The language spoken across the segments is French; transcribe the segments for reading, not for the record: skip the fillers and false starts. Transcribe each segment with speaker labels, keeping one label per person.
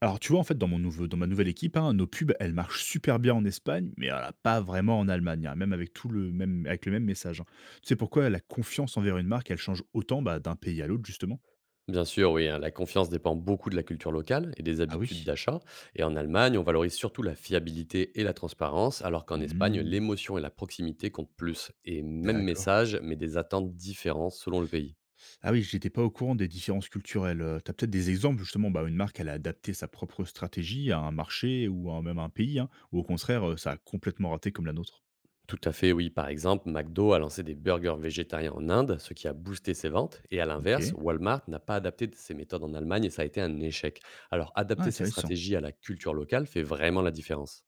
Speaker 1: Alors, tu vois, en fait, dans, mon nouveau, dans ma nouvelle équipe, hein, nos pubs, elles marchent super bien en Espagne, mais voilà, pas vraiment en Allemagne, hein, même avec le même message, hein. Tu sais pourquoi la confiance envers une marque, elle change autant, bah, d'un pays à l'autre, justement?
Speaker 2: Bien sûr, oui, hein, la confiance dépend beaucoup de la culture locale et des
Speaker 1: Ah
Speaker 2: habitudes
Speaker 1: oui.
Speaker 2: d'achat. Et en Allemagne, on valorise surtout la fiabilité et la transparence, alors qu'en Espagne,
Speaker 1: Hmm.
Speaker 2: l'émotion et la proximité comptent plus. Et même
Speaker 1: D'accord.
Speaker 2: message, mais des attentes différentes selon le pays.
Speaker 1: Ah oui, j'étais pas au courant des différences culturelles. T'as peut-être des exemples, justement, bah, où une marque, elle a adapté sa propre stratégie à un marché ou à même à un pays, hein, ou au contraire, ça a complètement raté comme la nôtre.
Speaker 2: Tout à fait, oui. Par exemple, McDo a lancé des burgers végétariens en Inde, ce qui a boosté ses ventes. Et à
Speaker 1: Ok.
Speaker 2: l'inverse, Walmart n'a pas adapté ses méthodes en Allemagne et ça a été un échec. Alors,
Speaker 1: Ah,
Speaker 2: adapter sa
Speaker 1: intéressant.
Speaker 2: stratégie à la culture locale fait vraiment la différence.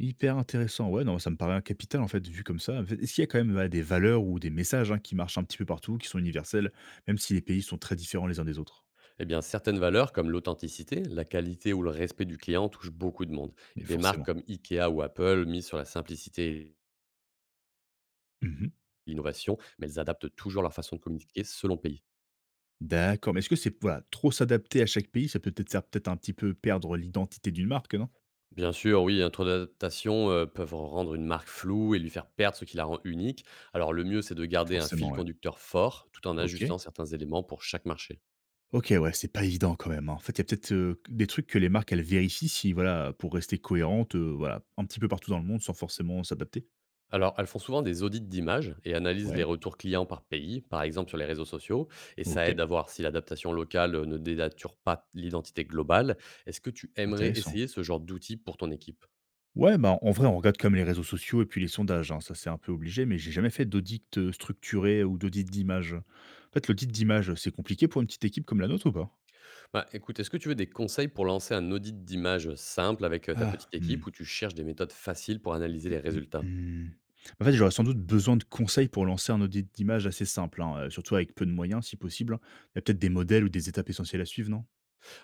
Speaker 1: Hyper intéressant. Ouais, non, ça me paraît un capital, en fait, vu comme ça. En fait, est-ce qu'il y a quand même, voilà, des valeurs ou des messages, hein, qui marchent un petit peu partout, qui sont universels, même si les pays sont très différents les uns des autres?
Speaker 2: Eh bien, certaines valeurs comme l'authenticité, la qualité ou le respect du client touchent beaucoup de monde.
Speaker 1: Mais
Speaker 2: Et des marques
Speaker 1: forcément.
Speaker 2: comme Ikea ou Apple misent sur la simplicité et
Speaker 1: Mhm.
Speaker 2: l'innovation, mais elles adaptent toujours leur façon de communiquer selon le pays.
Speaker 1: D'accord. Mais est-ce que c'est, voilà, trop s'adapter à chaque pays? Ça peut peut-être faire peut-être un petit peu perdre l'identité d'une marque, non?
Speaker 2: Bien sûr, oui, un trop d'adaptation peuvent rendre une marque floue et lui faire perdre ce qui la rend unique. Alors le mieux, c'est de garder un
Speaker 1: Forcément,
Speaker 2: fil
Speaker 1: ouais.
Speaker 2: conducteur fort tout en
Speaker 1: Ok.
Speaker 2: ajustant certains éléments pour chaque marché.
Speaker 1: Ok, ouais, c'est pas évident quand même, hein. En fait, il y a peut-être des trucs que les marques, elles vérifient si, voilà, pour rester cohérentes, voilà, un petit peu partout dans le monde sans forcément s'adapter.
Speaker 2: Alors, elles font souvent des audits d'images et analysent les
Speaker 1: Ouais.
Speaker 2: retours clients par pays, par exemple sur les réseaux sociaux, et
Speaker 1: Ok.
Speaker 2: ça aide à voir si l'adaptation locale ne dénature pas l'identité globale. Est-ce que tu aimerais
Speaker 1: Intéressant.
Speaker 2: essayer ce genre d'outil pour ton équipe?
Speaker 1: Ouais, bah, en vrai, on regarde comme les réseaux sociaux et puis les sondages, hein, ça c'est un peu obligé, mais j'ai jamais fait d'audit structuré ou d'audit d'image. En fait, l'audit d'image, c'est compliqué pour une petite équipe comme la nôtre ou pas?
Speaker 2: Bah, écoute, est-ce que tu veux des conseils pour lancer un audit d'images simple avec ta
Speaker 1: Ah,
Speaker 2: petite équipe
Speaker 1: hmm,
Speaker 2: ou tu cherches des méthodes faciles pour analyser les
Speaker 1: hmm,
Speaker 2: résultats?
Speaker 1: hmm. En fait, j'aurais sans doute besoin de conseils pour lancer un audit d'image assez simple, hein, surtout avec peu de moyens si possible. Il y a peut-être des modèles ou des étapes essentielles à suivre, non?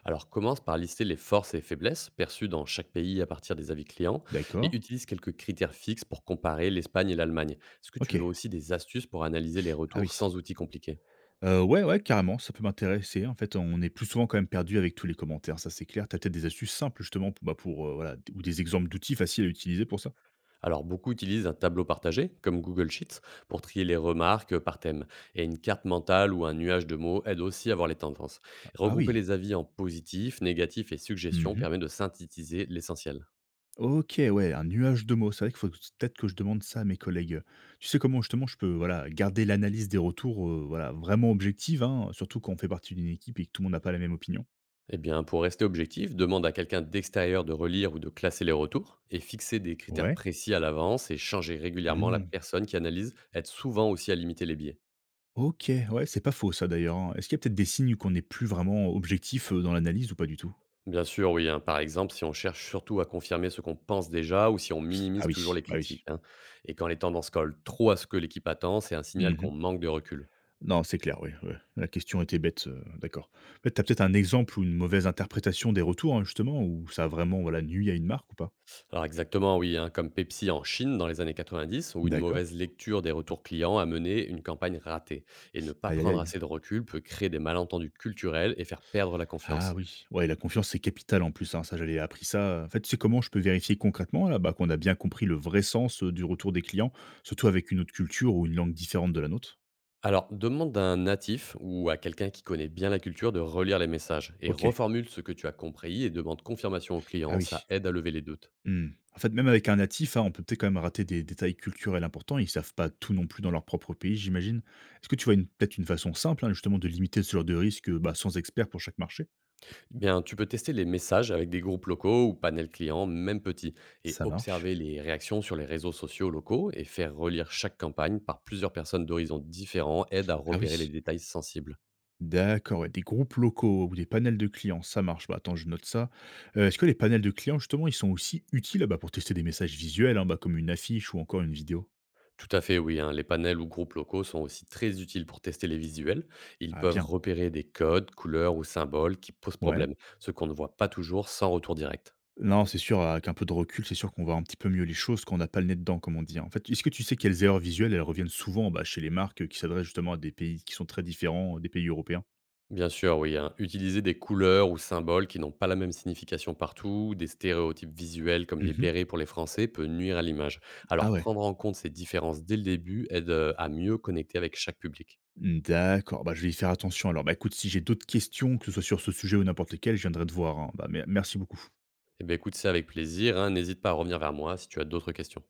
Speaker 2: Alors commence par lister les forces et faiblesses perçues dans chaque pays à partir des avis clients
Speaker 1: D'accord.
Speaker 2: et utilise quelques critères fixes pour comparer l'Espagne et l'Allemagne. Est-ce que
Speaker 1: Ok.
Speaker 2: tu veux aussi des astuces pour analyser les
Speaker 1: Ah
Speaker 2: retours
Speaker 1: oui.
Speaker 2: sans outils compliqués?
Speaker 1: Ouais, ouais, carrément, ça peut m'intéresser. En fait, on est plus souvent quand même perdu avec tous les commentaires, ça c'est clair. T'as peut-être des astuces simples justement pour, bah, voilà, ou des exemples d'outils faciles à utiliser pour ça?
Speaker 2: Alors beaucoup utilisent un tableau partagé comme Google Sheets pour trier les remarques par thème et une carte mentale ou un nuage de mots aide aussi à voir les tendances.
Speaker 1: Ah
Speaker 2: Regrouper
Speaker 1: oui.
Speaker 2: les avis en positif, négatif et suggestions
Speaker 1: Mmh.
Speaker 2: permet de synthétiser l'essentiel.
Speaker 1: OK, ouais, un nuage de mots. C'est vrai qu'il faut peut-être que je demande ça à mes collègues. Tu sais comment justement je peux, voilà, garder l'analyse des retours, voilà, vraiment objective, hein, surtout quand on fait partie d'une équipe et que tout le monde n'a pas la même opinion?
Speaker 2: Eh bien, pour rester objectif, demande à quelqu'un d'extérieur de relire ou de classer les retours et fixer des critères
Speaker 1: Ouais.
Speaker 2: précis à l'avance et changer régulièrement la
Speaker 1: Mmh.
Speaker 2: personne qui analyse aide souvent aussi à limiter les biais.
Speaker 1: OK, ouais, c'est pas faux ça d'ailleurs, hein. Est-ce qu'il y a peut-être des signes qu'on n'est plus vraiment objectif, dans l'analyse ou pas du tout?
Speaker 2: Bien sûr, oui, hein, par exemple, si on cherche surtout à confirmer ce qu'on pense déjà ou si on
Speaker 1: Ah
Speaker 2: minimise toujours
Speaker 1: oui,
Speaker 2: les
Speaker 1: bah
Speaker 2: critiques,
Speaker 1: oui.
Speaker 2: hein. Et quand les tendances collent trop à ce que l'équipe attend, c'est un signal qu'on
Speaker 1: Mmh.
Speaker 2: manque de recul.
Speaker 1: Non, c'est clair, oui, ouais. La question était bête, d'accord. En fait, tu as peut-être un exemple ou une mauvaise interprétation des retours, hein, justement, où ça a vraiment, voilà, nui à une marque ou pas?
Speaker 2: Alors exactement, oui, hein, comme Pepsi en Chine dans les années 90, où une
Speaker 1: D'accord.
Speaker 2: mauvaise lecture des retours clients a mené une campagne ratée. Et ne pas
Speaker 1: Aïe, aïe,
Speaker 2: prendre
Speaker 1: aïe.
Speaker 2: assez de recul peut créer des malentendus culturels et faire perdre la
Speaker 1: Ah
Speaker 2: confiance.
Speaker 1: oui, ouais, la confiance, c'est capital en plus, hein, ça j'avais appris ça, en fait, tu sais comment je peux vérifier concrètement là, bah, qu'on a bien compris le vrai sens, du retour des clients, surtout avec une autre culture ou une langue différente de la nôtre?
Speaker 2: Alors, demande à un natif ou à quelqu'un qui connaît bien la culture de relire les messages et
Speaker 1: OK.
Speaker 2: reformule ce que tu as compris et demande confirmation au
Speaker 1: Ah
Speaker 2: client, ça
Speaker 1: oui.
Speaker 2: aide à lever les doutes.
Speaker 1: Mmh. En fait, même avec un natif, hein, on peut peut-être quand même rater des détails culturels importants. Ils savent pas tout non plus dans leur propre pays, j'imagine. Est-ce que tu vois peut-être une façon simple, hein, justement, de limiter ce genre de risque, bah, sans expert pour chaque marché?
Speaker 2: Eh bien, tu peux tester les messages avec des groupes locaux ou panels clients, même petits, et
Speaker 1: Ça
Speaker 2: observer
Speaker 1: marche.
Speaker 2: les réactions sur les réseaux sociaux locaux et faire relire chaque campagne par plusieurs personnes d'horizons différents aide à
Speaker 1: Ah
Speaker 2: repérer les
Speaker 1: oui.
Speaker 2: détails sensibles.
Speaker 1: D'accord, ouais, des groupes locaux ou des panels de clients, ça marche. Bah, attends, je note ça. Est-ce que les panels de clients, justement, ils sont aussi utiles, ah, bah, pour tester des messages visuels, hein, bah, comme une affiche ou encore une vidéo?
Speaker 2: Tout à fait, oui, hein. Les panels ou groupes locaux sont aussi très utiles pour tester les visuels. Ils
Speaker 1: Ah
Speaker 2: peuvent
Speaker 1: bien,
Speaker 2: repérer des codes, couleurs ou symboles qui posent
Speaker 1: ouais.
Speaker 2: problème, ce qu'on ne voit pas toujours sans retour direct.
Speaker 1: Non, c'est sûr, avec un peu de recul, c'est sûr qu'on voit un petit peu mieux les choses quand on n'a pas le nez dedans, comme on dit, hein. En fait, est-ce que tu sais quelles erreurs visuelles, elles reviennent souvent, bah, chez les marques, qui s'adressent justement à des pays qui sont très différents, des pays européens?
Speaker 2: Bien sûr, oui, hein. Utiliser des couleurs ou symboles qui n'ont pas la même signification partout, des stéréotypes visuels comme les
Speaker 1: Mhm.
Speaker 2: bérets pour les Français peut nuire à l'image.
Speaker 1: Ah
Speaker 2: Alors
Speaker 1: ouais.
Speaker 2: prendre en compte ces différences dès le début aide à mieux connecter avec chaque public.
Speaker 1: Mmh, d'accord, bah, je vais y faire attention. Alors, bah, écoute, si j'ai d'autres questions, que ce soit sur ce sujet ou n'importe lequel, je viendrai te voir, hein. Bah, merci beaucoup.
Speaker 2: Eh bien écoute, c'est avec plaisir, hein. N'hésite pas à revenir vers moi si tu as d'autres questions.